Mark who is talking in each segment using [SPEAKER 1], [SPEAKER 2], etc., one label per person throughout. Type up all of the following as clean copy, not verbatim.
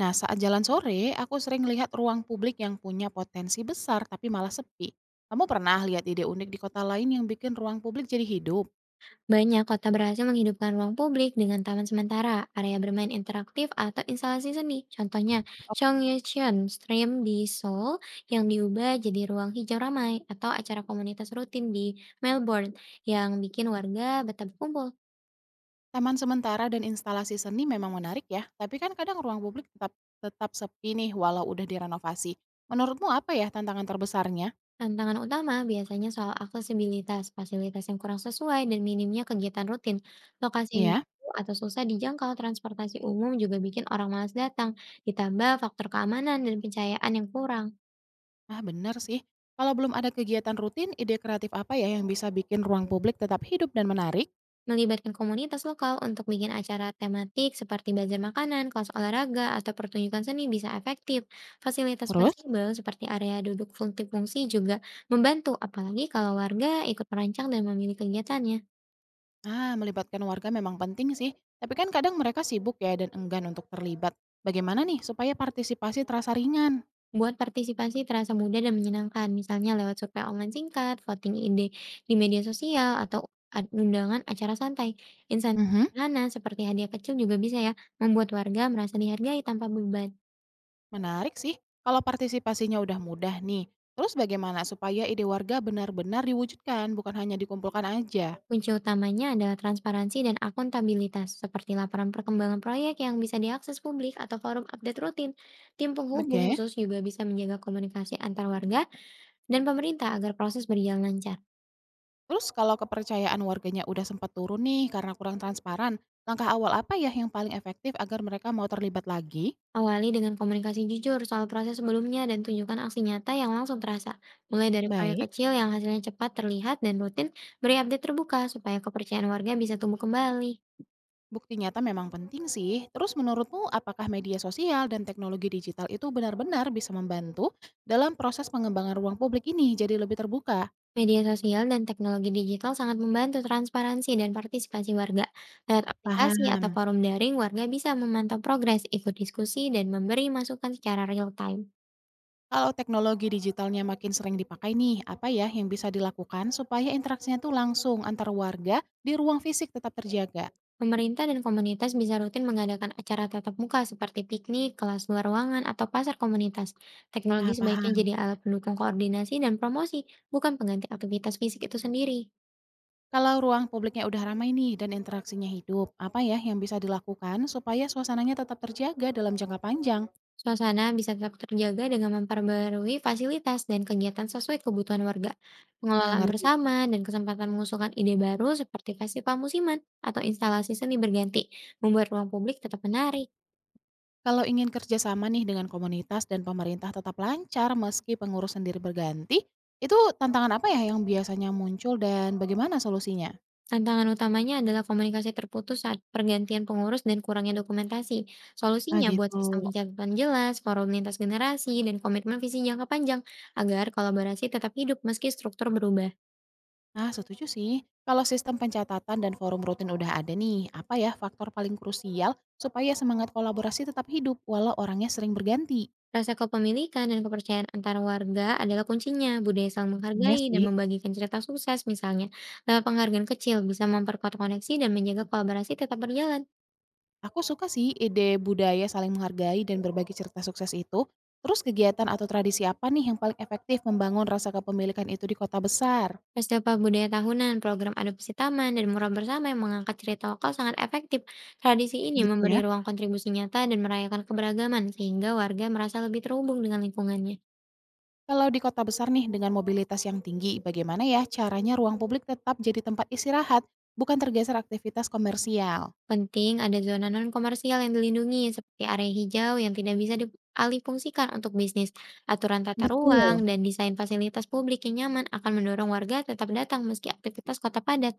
[SPEAKER 1] Nah, saat jalan sore, aku sering lihat ruang publik yang punya potensi besar tapi malah sepi. Kamu pernah lihat ide unik di kota lain yang bikin ruang publik jadi hidup?
[SPEAKER 2] Banyak kota berhasil menghidupkan ruang publik dengan taman sementara, area bermain interaktif, atau instalasi seni. Contohnya, Chongyecheon Stream di Seoul yang diubah jadi ruang hijau ramai atau acara komunitas rutin di Melbourne yang bikin warga betah berkumpul.
[SPEAKER 1] Taman sementara dan instalasi seni memang menarik ya, tapi kan kadang ruang publik tetap tetap sepi nih walau udah direnovasi. Menurutmu apa ya tantangan terbesarnya?
[SPEAKER 2] Tantangan utama biasanya soal aksesibilitas, fasilitas yang kurang sesuai, dan minimnya kegiatan rutin. Lokasi yang
[SPEAKER 1] Ya,
[SPEAKER 2] jauh atau susah dijangkau transportasi umum juga bikin orang malas datang, ditambah faktor keamanan dan pencahayaan yang kurang.
[SPEAKER 1] ah bener sih. Kalau belum ada kegiatan rutin, ide kreatif apa ya yang bisa bikin ruang publik tetap hidup dan menarik?
[SPEAKER 2] Melibatkan komunitas lokal untuk bikin acara tematik seperti bazar makanan, kelas olahraga, atau pertunjukan seni bisa efektif. Fasilitas
[SPEAKER 1] Terus?
[SPEAKER 2] fleksibel seperti area duduk multifungsi juga membantu, apalagi kalau warga ikut merancang dan memilih kegiatannya.
[SPEAKER 1] Ah, melibatkan warga memang penting sih, tapi kan kadang mereka sibuk ya dan enggan untuk terlibat. Bagaimana nih supaya partisipasi terasa ringan?
[SPEAKER 2] Buat partisipasi terasa mudah dan menyenangkan, misalnya lewat survei online singkat, voting ide di media sosial, atau undangan acara santai. Insentif
[SPEAKER 1] Mhm.
[SPEAKER 2] sederhana seperti hadiah kecil juga bisa ya, membuat warga merasa dihargai tanpa beban.
[SPEAKER 1] Menarik sih, kalau partisipasinya udah mudah nih. Terus bagaimana supaya ide warga benar-benar diwujudkan, bukan hanya dikumpulkan aja?
[SPEAKER 2] Kunci utamanya adalah transparansi dan akuntabilitas, seperti laporan perkembangan proyek yang bisa diakses publik atau forum update rutin. Tim penghubung
[SPEAKER 1] Oke.
[SPEAKER 2] khusus juga bisa menjaga komunikasi antar warga dan pemerintah agar proses berjalan lancar.
[SPEAKER 1] Terus kalau kepercayaan warganya udah sempat turun nih karena kurang transparan, langkah awal apa ya yang paling efektif agar mereka mau terlibat lagi?
[SPEAKER 2] Awali dengan komunikasi jujur soal proses sebelumnya dan tunjukkan aksi nyata yang langsung terasa. Mulai dari proyek
[SPEAKER 1] Baik.
[SPEAKER 2] kecil yang hasilnya cepat terlihat dan rutin, beri update terbuka supaya kepercayaan warga bisa tumbuh kembali.
[SPEAKER 1] Bukti nyata memang penting sih. Terus menurutmu apakah media sosial dan teknologi digital itu benar-benar bisa membantu dalam proses pengembangan ruang publik ini jadi lebih terbuka?
[SPEAKER 2] Media sosial dan teknologi digital sangat membantu transparansi dan partisipasi warga. Lewat aplikasi
[SPEAKER 1] Paham.
[SPEAKER 2] atau forum daring, warga bisa memantau progres, ikut diskusi, dan memberi masukan secara real time.
[SPEAKER 1] Kalau teknologi digitalnya makin sering dipakai nih, apa ya yang bisa dilakukan supaya interaksinya tuh langsung antar warga di ruang fisik tetap terjaga?
[SPEAKER 2] Pemerintah dan komunitas bisa rutin mengadakan acara tatap muka seperti piknik, kelas luar ruangan, atau pasar komunitas. Teknologi
[SPEAKER 1] Nah,
[SPEAKER 2] sebaiknya
[SPEAKER 1] paham.
[SPEAKER 2] jadi alat pendukung koordinasi dan promosi, bukan pengganti aktivitas fisik itu sendiri.
[SPEAKER 1] Kalau ruang publiknya udah ramai nih dan interaksinya hidup, apa ya yang bisa dilakukan supaya suasananya tetap terjaga dalam jangka panjang?
[SPEAKER 2] Suasana bisa tetap terjaga dengan memperbarui fasilitas dan kegiatan sesuai kebutuhan warga,
[SPEAKER 1] Ah,
[SPEAKER 2] pengelolaan
[SPEAKER 1] ngerti.
[SPEAKER 2] bersama, dan kesempatan mengusulkan ide baru seperti festival musiman atau instalasi seni berganti, membuat ruang publik tetap menarik.
[SPEAKER 1] Kalau ingin kerjasama nih dengan komunitas dan pemerintah tetap lancar meski pengurus sendiri berganti, itu tantangan apa ya yang biasanya muncul dan bagaimana solusinya?
[SPEAKER 2] Tantangan utamanya adalah komunikasi terputus saat pergantian pengurus dan kurangnya dokumentasi.
[SPEAKER 1] Ah
[SPEAKER 2] Solusinya buat
[SPEAKER 1] gitu.
[SPEAKER 2] sistem pencatatan jelas, forum lintas generasi, dan komitmen visi jangka panjang agar kolaborasi tetap hidup meski struktur berubah.
[SPEAKER 1] Nah setuju sih. Kalau sistem pencatatan dan forum rutin udah ada nih, apa ya faktor paling krusial supaya semangat kolaborasi tetap hidup walau orangnya sering berganti?
[SPEAKER 2] Rasa kepemilikan dan kepercayaan antara warga adalah kuncinya. Budaya saling
[SPEAKER 1] Iya
[SPEAKER 2] menghargai dan
[SPEAKER 1] sih.
[SPEAKER 2] membagikan cerita sukses misalnya. Lewat penghargaan kecil bisa memperkuat koneksi dan menjaga kolaborasi tetap berjalan.
[SPEAKER 1] Aku suka sih ide budaya saling menghargai dan berbagi cerita sukses itu. Terus kegiatan atau tradisi apa nih yang paling efektif membangun rasa kepemilikan itu di kota besar?
[SPEAKER 2] Festival budaya tahunan, program adopsi taman, dan murah bersama yang mengangkat cerita lokal sangat efektif. Tradisi ini
[SPEAKER 1] Gitu
[SPEAKER 2] memberi
[SPEAKER 1] ya.
[SPEAKER 2] ruang kontribusi nyata dan merayakan keberagaman sehingga warga merasa lebih terhubung dengan lingkungannya.
[SPEAKER 1] Kalau di kota besar nih dengan mobilitas yang tinggi, bagaimana ya caranya ruang publik tetap jadi tempat istirahat, bukan tergeser aktivitas komersial?
[SPEAKER 2] Penting ada zona non-komersial yang dilindungi, seperti area hijau yang tidak bisa dialihfungsikan untuk bisnis. Aturan tata ruang
[SPEAKER 1] Betul.
[SPEAKER 2] dan desain fasilitas publik yang nyaman akan mendorong warga tetap datang meski aktivitas kota padat.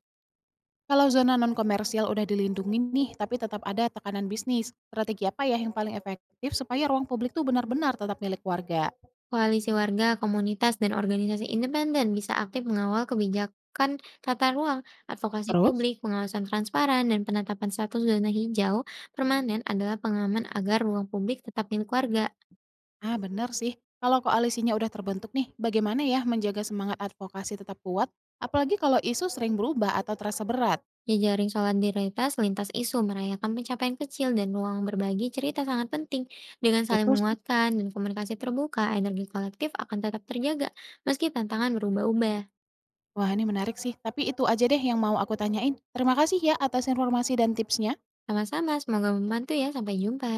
[SPEAKER 1] Kalau zona non-komersial udah dilindungi nih, tapi tetap ada tekanan bisnis, strategi apa ya yang paling efektif supaya ruang publik tuh benar-benar tetap milik warga?
[SPEAKER 2] Koalisi warga, komunitas, dan organisasi independen bisa aktif mengawal kebijakan tata ruang, advokasi
[SPEAKER 1] Terus?
[SPEAKER 2] publik, pengawasan transparan, dan penetapan status zona hijau permanen adalah pengaman agar ruang publik tetap milik warga.
[SPEAKER 1] Ah benar sih, kalau koalisinya udah terbentuk nih, bagaimana ya menjaga semangat advokasi tetap kuat, apalagi kalau isu sering berubah atau terasa berat?
[SPEAKER 2] Jejaring solidaritas lintas isu merayakan pencapaian kecil dan ruang berbagi cerita sangat penting. Dengan saling
[SPEAKER 1] Betul.
[SPEAKER 2] menguatkan dan komunikasi terbuka, energi kolektif akan tetap terjaga meski tantangan berubah-ubah.
[SPEAKER 1] Wah ini menarik sih, tapi itu aja deh yang mau aku tanyain. Terima kasih ya atas informasi dan tipsnya.
[SPEAKER 2] Sama-sama, semoga membantu ya. Sampai jumpa.